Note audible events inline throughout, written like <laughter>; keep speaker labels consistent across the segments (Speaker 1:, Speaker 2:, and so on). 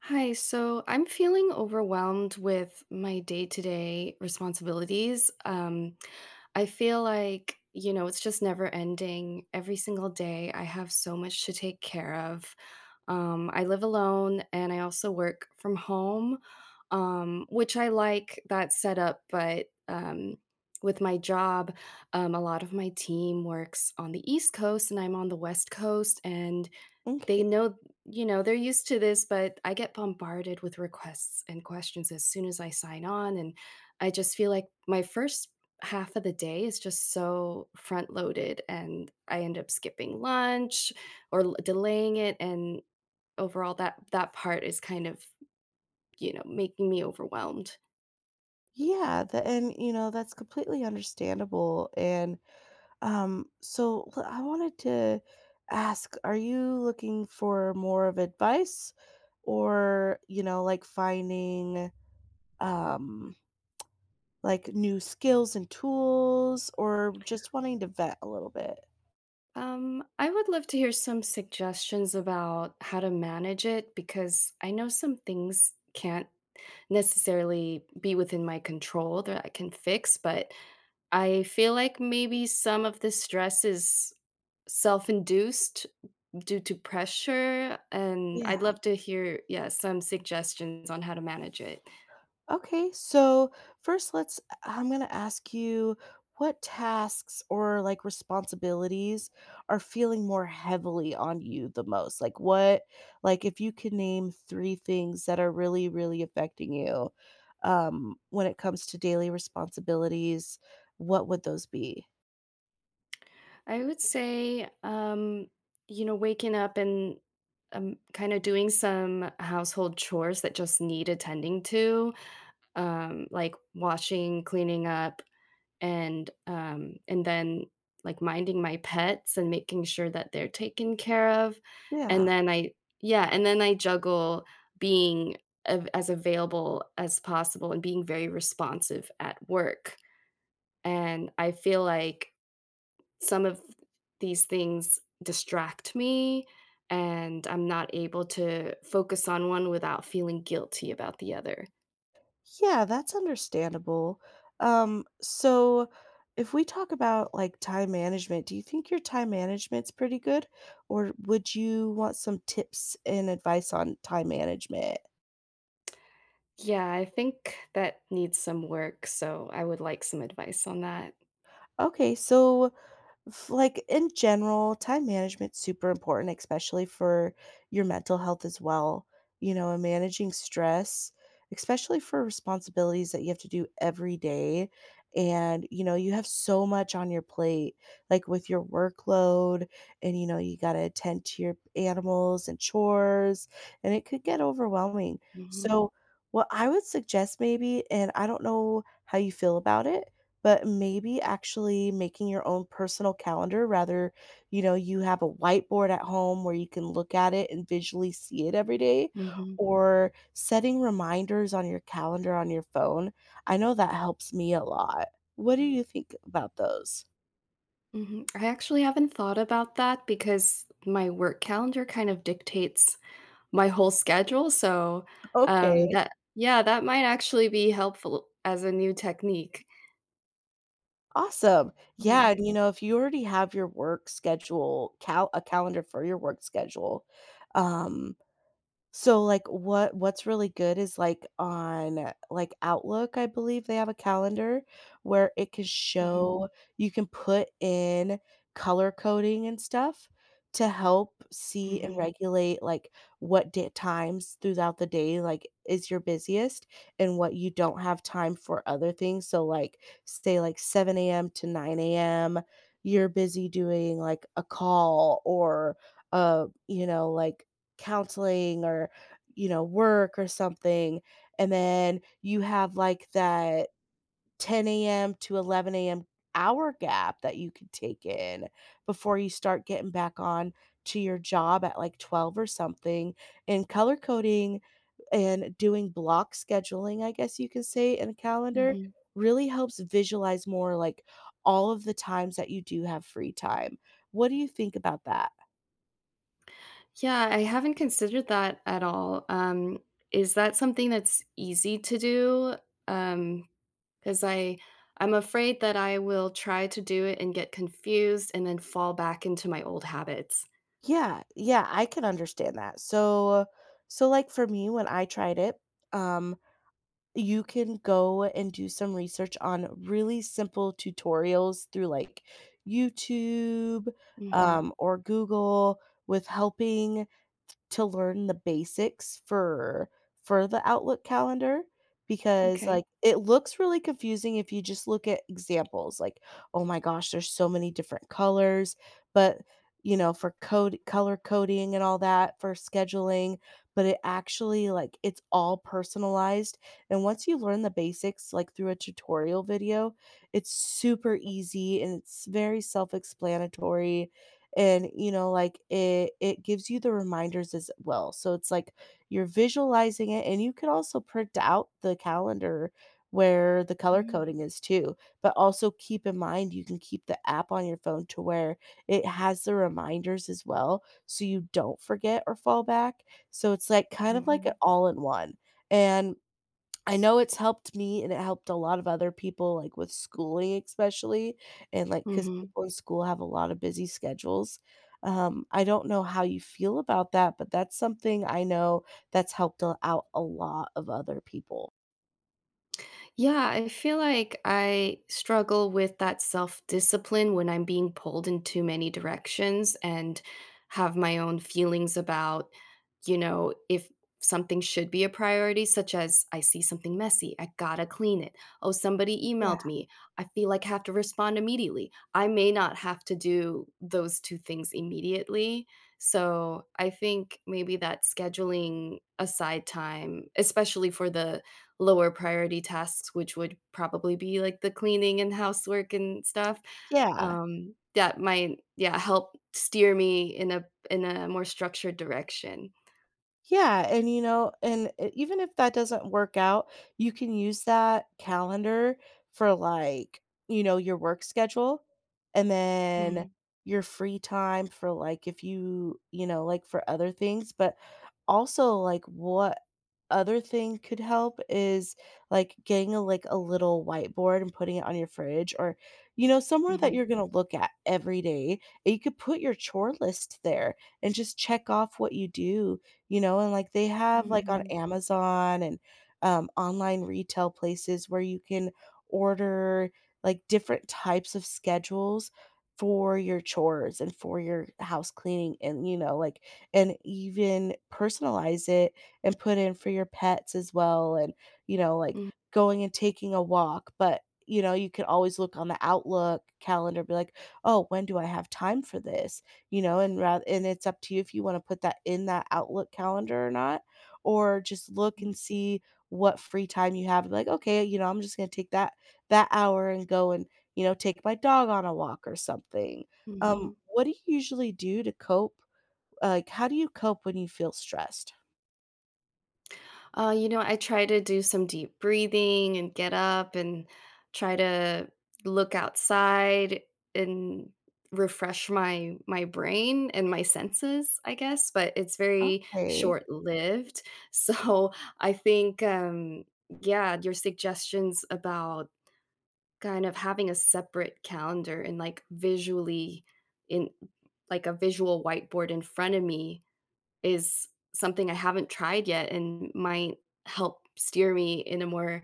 Speaker 1: Hi, so I'm feeling overwhelmed with my day-to-day responsibilities. I feel like, you know, it's just never ending. Every single day, I have so much to take care of. I live alone and I also work from home, which I like that setup, but with my job, a lot of my team works on the East Coast and I'm on the West Coast, and
Speaker 2: Okay.
Speaker 1: they know, you know, they're used to this, but I get bombarded with requests and questions as soon as I sign on, and I just feel like my first half of the day is just so front loaded, and I end up skipping lunch or delaying it, and overall, that part is kind of, making me overwhelmed.
Speaker 2: Yeah, the, and you know that's completely understandable. And I wanted to ask: Are you looking for more of advice, or you know, like finding um, like new skills and tools, or just wanting to vet a little bit?
Speaker 1: I would love to hear some suggestions about how to manage it because I know some things can't necessarily be within my control that I can fix, but I feel like maybe some of the stress is self-induced due to pressure, and
Speaker 2: Yeah.
Speaker 1: I'd love to hear, yeah, some suggestions on how to manage it.
Speaker 2: Okay, so first let's I'm going to ask you what tasks or like responsibilities are feeling more heavily on you the most? Like what like if you could name 3 things that are really really affecting you when it comes to daily responsibilities, what would those be?
Speaker 1: I would say, you know, waking up and kind of doing some household chores that just need attending to, like washing, cleaning up, and, and then, like, minding my pets and making sure that they're taken care of,
Speaker 2: Yeah.
Speaker 1: and then I yeah, and then I juggle being av as available as possible and being very responsive at work, and I feel like some of these things distract me, and I'm not able to focus on one without feeling guilty about the other.
Speaker 2: Yeah, that's understandable. So, if we talk about like time management, do you think your time management's pretty good? Or would you want some tips and advice on time management?
Speaker 1: Yeah, I think that needs some work, so I would like some advice on that.
Speaker 2: Okay, so F like, in general, time management's super important, especially for your mental health as well, you know, and managing stress, especially for responsibilities that you have to do every day. And, you know, you have so much on your plate, like with your workload, and, you know, you gotta attend to your animals and chores, and it could get overwhelming.
Speaker 1: Mhm.
Speaker 2: So, what I would suggest maybe, and I don't know how you feel about it, but maybe actually making your own personal calendar, rather, you know, you have a whiteboard at home where you can look at it and visually see it every day,
Speaker 1: mhm,
Speaker 2: or setting reminders on your calendar on your phone. I know that helps me a lot. What do you think about those?
Speaker 1: mhm. I actually haven't thought about that because my work calendar kind of dictates my whole schedule, so,
Speaker 2: <laughs> Okay.
Speaker 1: that yeah, that might actually be helpful as a new technique.
Speaker 2: Awesome.
Speaker 1: Yeah.
Speaker 2: Yeah, and you know, if you already have your work schedule, a calendar for your work schedule, um, so, like, what's really good is, like, on, like, Outlook, I believe they have a calendar where it can
Speaker 1: Mhm,
Speaker 2: show, you can put in color coding and stuff to help see and
Speaker 1: mhm,
Speaker 2: regulate, like, what da times throughout the day, like, is your busiest and what you don't have time for other things. So, like, say, like, 7 AM to 9 AM, you're busy doing, like, a call or, you know, like counseling or, you know, work or something, and then you have, like, that 10 AM to 11 AM hour gap that you could take in before you start getting back on to your job at, like, 12 or something, and color coding and doing block scheduling, I guess you can say, in a calendar
Speaker 1: mhm.
Speaker 2: really helps visualize more, like, all of the times that you do have free time. What do you think about that?
Speaker 1: Yeah, I haven't considered that at all. Is that something that's easy to do? Um, Because I I'm afraid that I will try to do it and get confused and then fall back into my old habits.
Speaker 2: Yeah, I can understand that. So like for me when I tried it, um you can go and do some research on really simple tutorials through like YouTube
Speaker 1: Mhm.
Speaker 2: or Google, with helping to learn the basics for the Outlook calendar, because,
Speaker 1: Okay.
Speaker 2: like, it looks really confusing if you just look at examples, like, "Oh my gosh, there's so many different colors," but, you know, for code color coding and all that for scheduling, but it actually, like, it's all personalized, and once you learn the basics, like, through a tutorial video, it's super easy and it's very self-explanatory, and you know like it gives you the reminders as well, so it's like you're visualizing it, and you could also print out the calendar where the color
Speaker 1: Mm,
Speaker 2: coding is too. But also keep in mind you can keep the app on your phone, to where it has the reminders as well, so you don't forget or fall back. So it's like kind of like an
Speaker 1: mhm,
Speaker 2: all in one. And I know it's helped me and it helped a lot of other people, like, with schooling especially, and, like, because
Speaker 1: mhm.
Speaker 2: people in school have a lot of busy schedules. I don't know how you feel about that, but that's something I know that's helped a out a lot of other people.
Speaker 1: Yeah, I feel like I struggle with that self-discipline when I'm being pulled in too many directions and have my own feelings about, you know, if something should be a priority, such as I see something messy, I gotta clean it. Oh, somebody
Speaker 2: Yeah.
Speaker 1: emailed me. I feel like I have to respond immediately. I may not have to do those two things immediately. So I think maybe that scheduling aside time, especially for the lower priority tasks, which would probably be like the cleaning and housework and stuff,
Speaker 2: Yeah.
Speaker 1: that might, yeah, help steer me in a more structured direction.
Speaker 2: Yeah, and you know, and even if that doesn't work out, you can use that calendar for like, you know, your work schedule, and then
Speaker 1: Mhm,
Speaker 2: your free time for like if you, you know, like for other things. But also like what other thing could help is like getting a like a little whiteboard and putting it on your fridge, or you know somewhere that
Speaker 1: mhm,
Speaker 2: you're going to look at every day, and you could put your chore list there and just check off what you do, you know, and like they have like on
Speaker 1: mhm,
Speaker 2: Amazon, and online retail places where you can order like different types of schedules for your chores and for your house cleaning, and you know like, and even personalize it and put in for your pets as well, and you know like, going and taking a walk. But you know you can always look on the Outlook calendar, be like, oh, when do I have time for this, you know. And rather, and it's up to you if you want to put that in that Outlook calendar or not, or just look and
Speaker 1: mhm,
Speaker 2: see what free time you have, like okay, you know, I'm just going to take that hour and go and you know take my dog on a walk or something.
Speaker 1: mhm.
Speaker 2: What do you usually do to cope, like how do you cope when you feel stressed?
Speaker 1: You know, I try to do some deep breathing and get up and try to look outside and refresh my brain and my senses, I guess, but it's very
Speaker 2: Okay.
Speaker 1: short-lived. <laughs> So, I think yeah, your suggestions about kind of having a separate calendar and like visually in like a visual whiteboard in front of me is something I haven't tried yet and might help steer me in a more,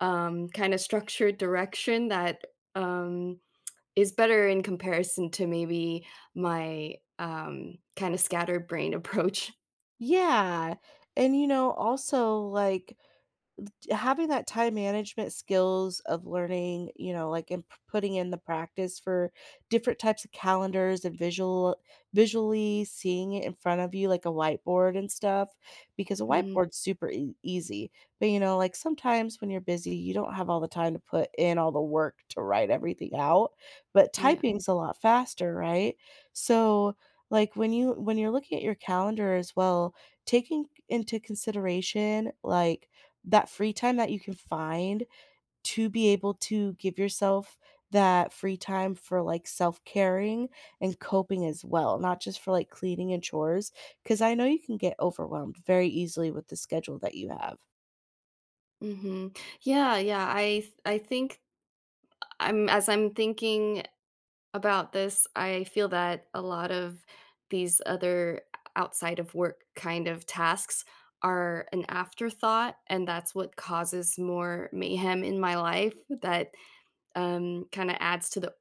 Speaker 1: kinda structured direction that, um, is better in comparison to maybe my, kinda scatterbrained <laughs> approach.
Speaker 2: Yeah. And you know, also like having that time management skills of learning, you know, like, and p putting in the practice for different types of calendars and visually seeing it in front of you, like a whiteboard and stuff, because a
Speaker 1: Mhm,
Speaker 2: whiteboard's super ea easy, but, you know, like, sometimes when you're busy, you don't have all the time to put in all the work to write everything out, but
Speaker 1: yeah,
Speaker 2: typing's a lot faster, right? So, like, when you when you're looking at your calendar as well, taking into consideration, like, that free time that you can find to be able to give yourself that free time for like self caring and coping as well, not just for like cleaning and chores. Cause I know you can get overwhelmed very easily with the schedule that you have.
Speaker 1: mhm. Yeah, yeah, I think I'm thinking about this. I feel that a lot of these other outside of work kind of tasks are an afterthought, and that's what causes more mayhem in my life that, kinda adds to the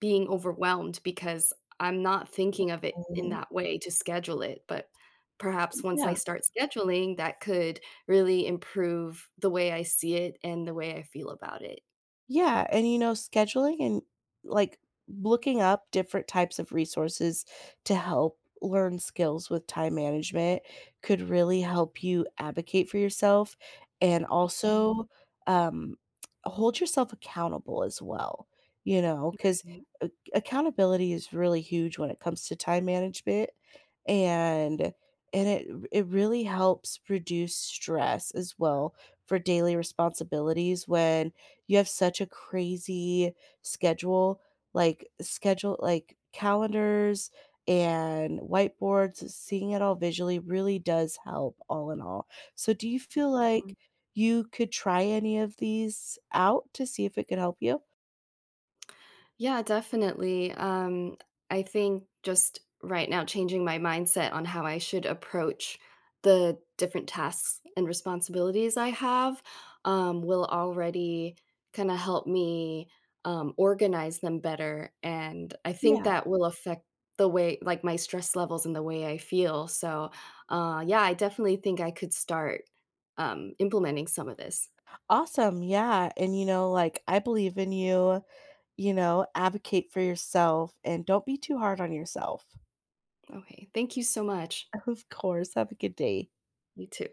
Speaker 1: being overwhelmed because I'm not thinking of it in
Speaker 2: Mhm.
Speaker 1: that way to schedule it, but perhaps once
Speaker 2: Yeah.
Speaker 1: I start scheduling, that could really improve the way I see it and the way I feel about it.
Speaker 2: Yeah, and, you know, scheduling and, like, looking up different types of resources to help learn skills with time management could really help you advocate for yourself and also, um, hold yourself accountable as well, you know,
Speaker 1: Okay.
Speaker 2: because accountability is really huge when it comes to time management, and it really helps reduce stress as well for daily responsibilities when you have such a crazy schedule, like calendars and whiteboards, seeing it all visually really does help all in all. So do you feel like you could try any of these out to see if it could help you?
Speaker 1: Yeah, definitely. I think just right now changing my mindset on how I should approach the different tasks and responsibilities I have will already kind of help me organize them better. And I think
Speaker 2: Yeah.
Speaker 1: that will affect the way, like my stress levels and the way I feel. So, yeah, I definitely think I could start implementing some of this.
Speaker 2: Awesome. Yeah. And, you know, like, I believe in you, you know, advocate for yourself and don't be too hard on yourself. <laughs>
Speaker 1: Okay. Thank you so much.
Speaker 2: Of course. Have a good day.
Speaker 1: You too.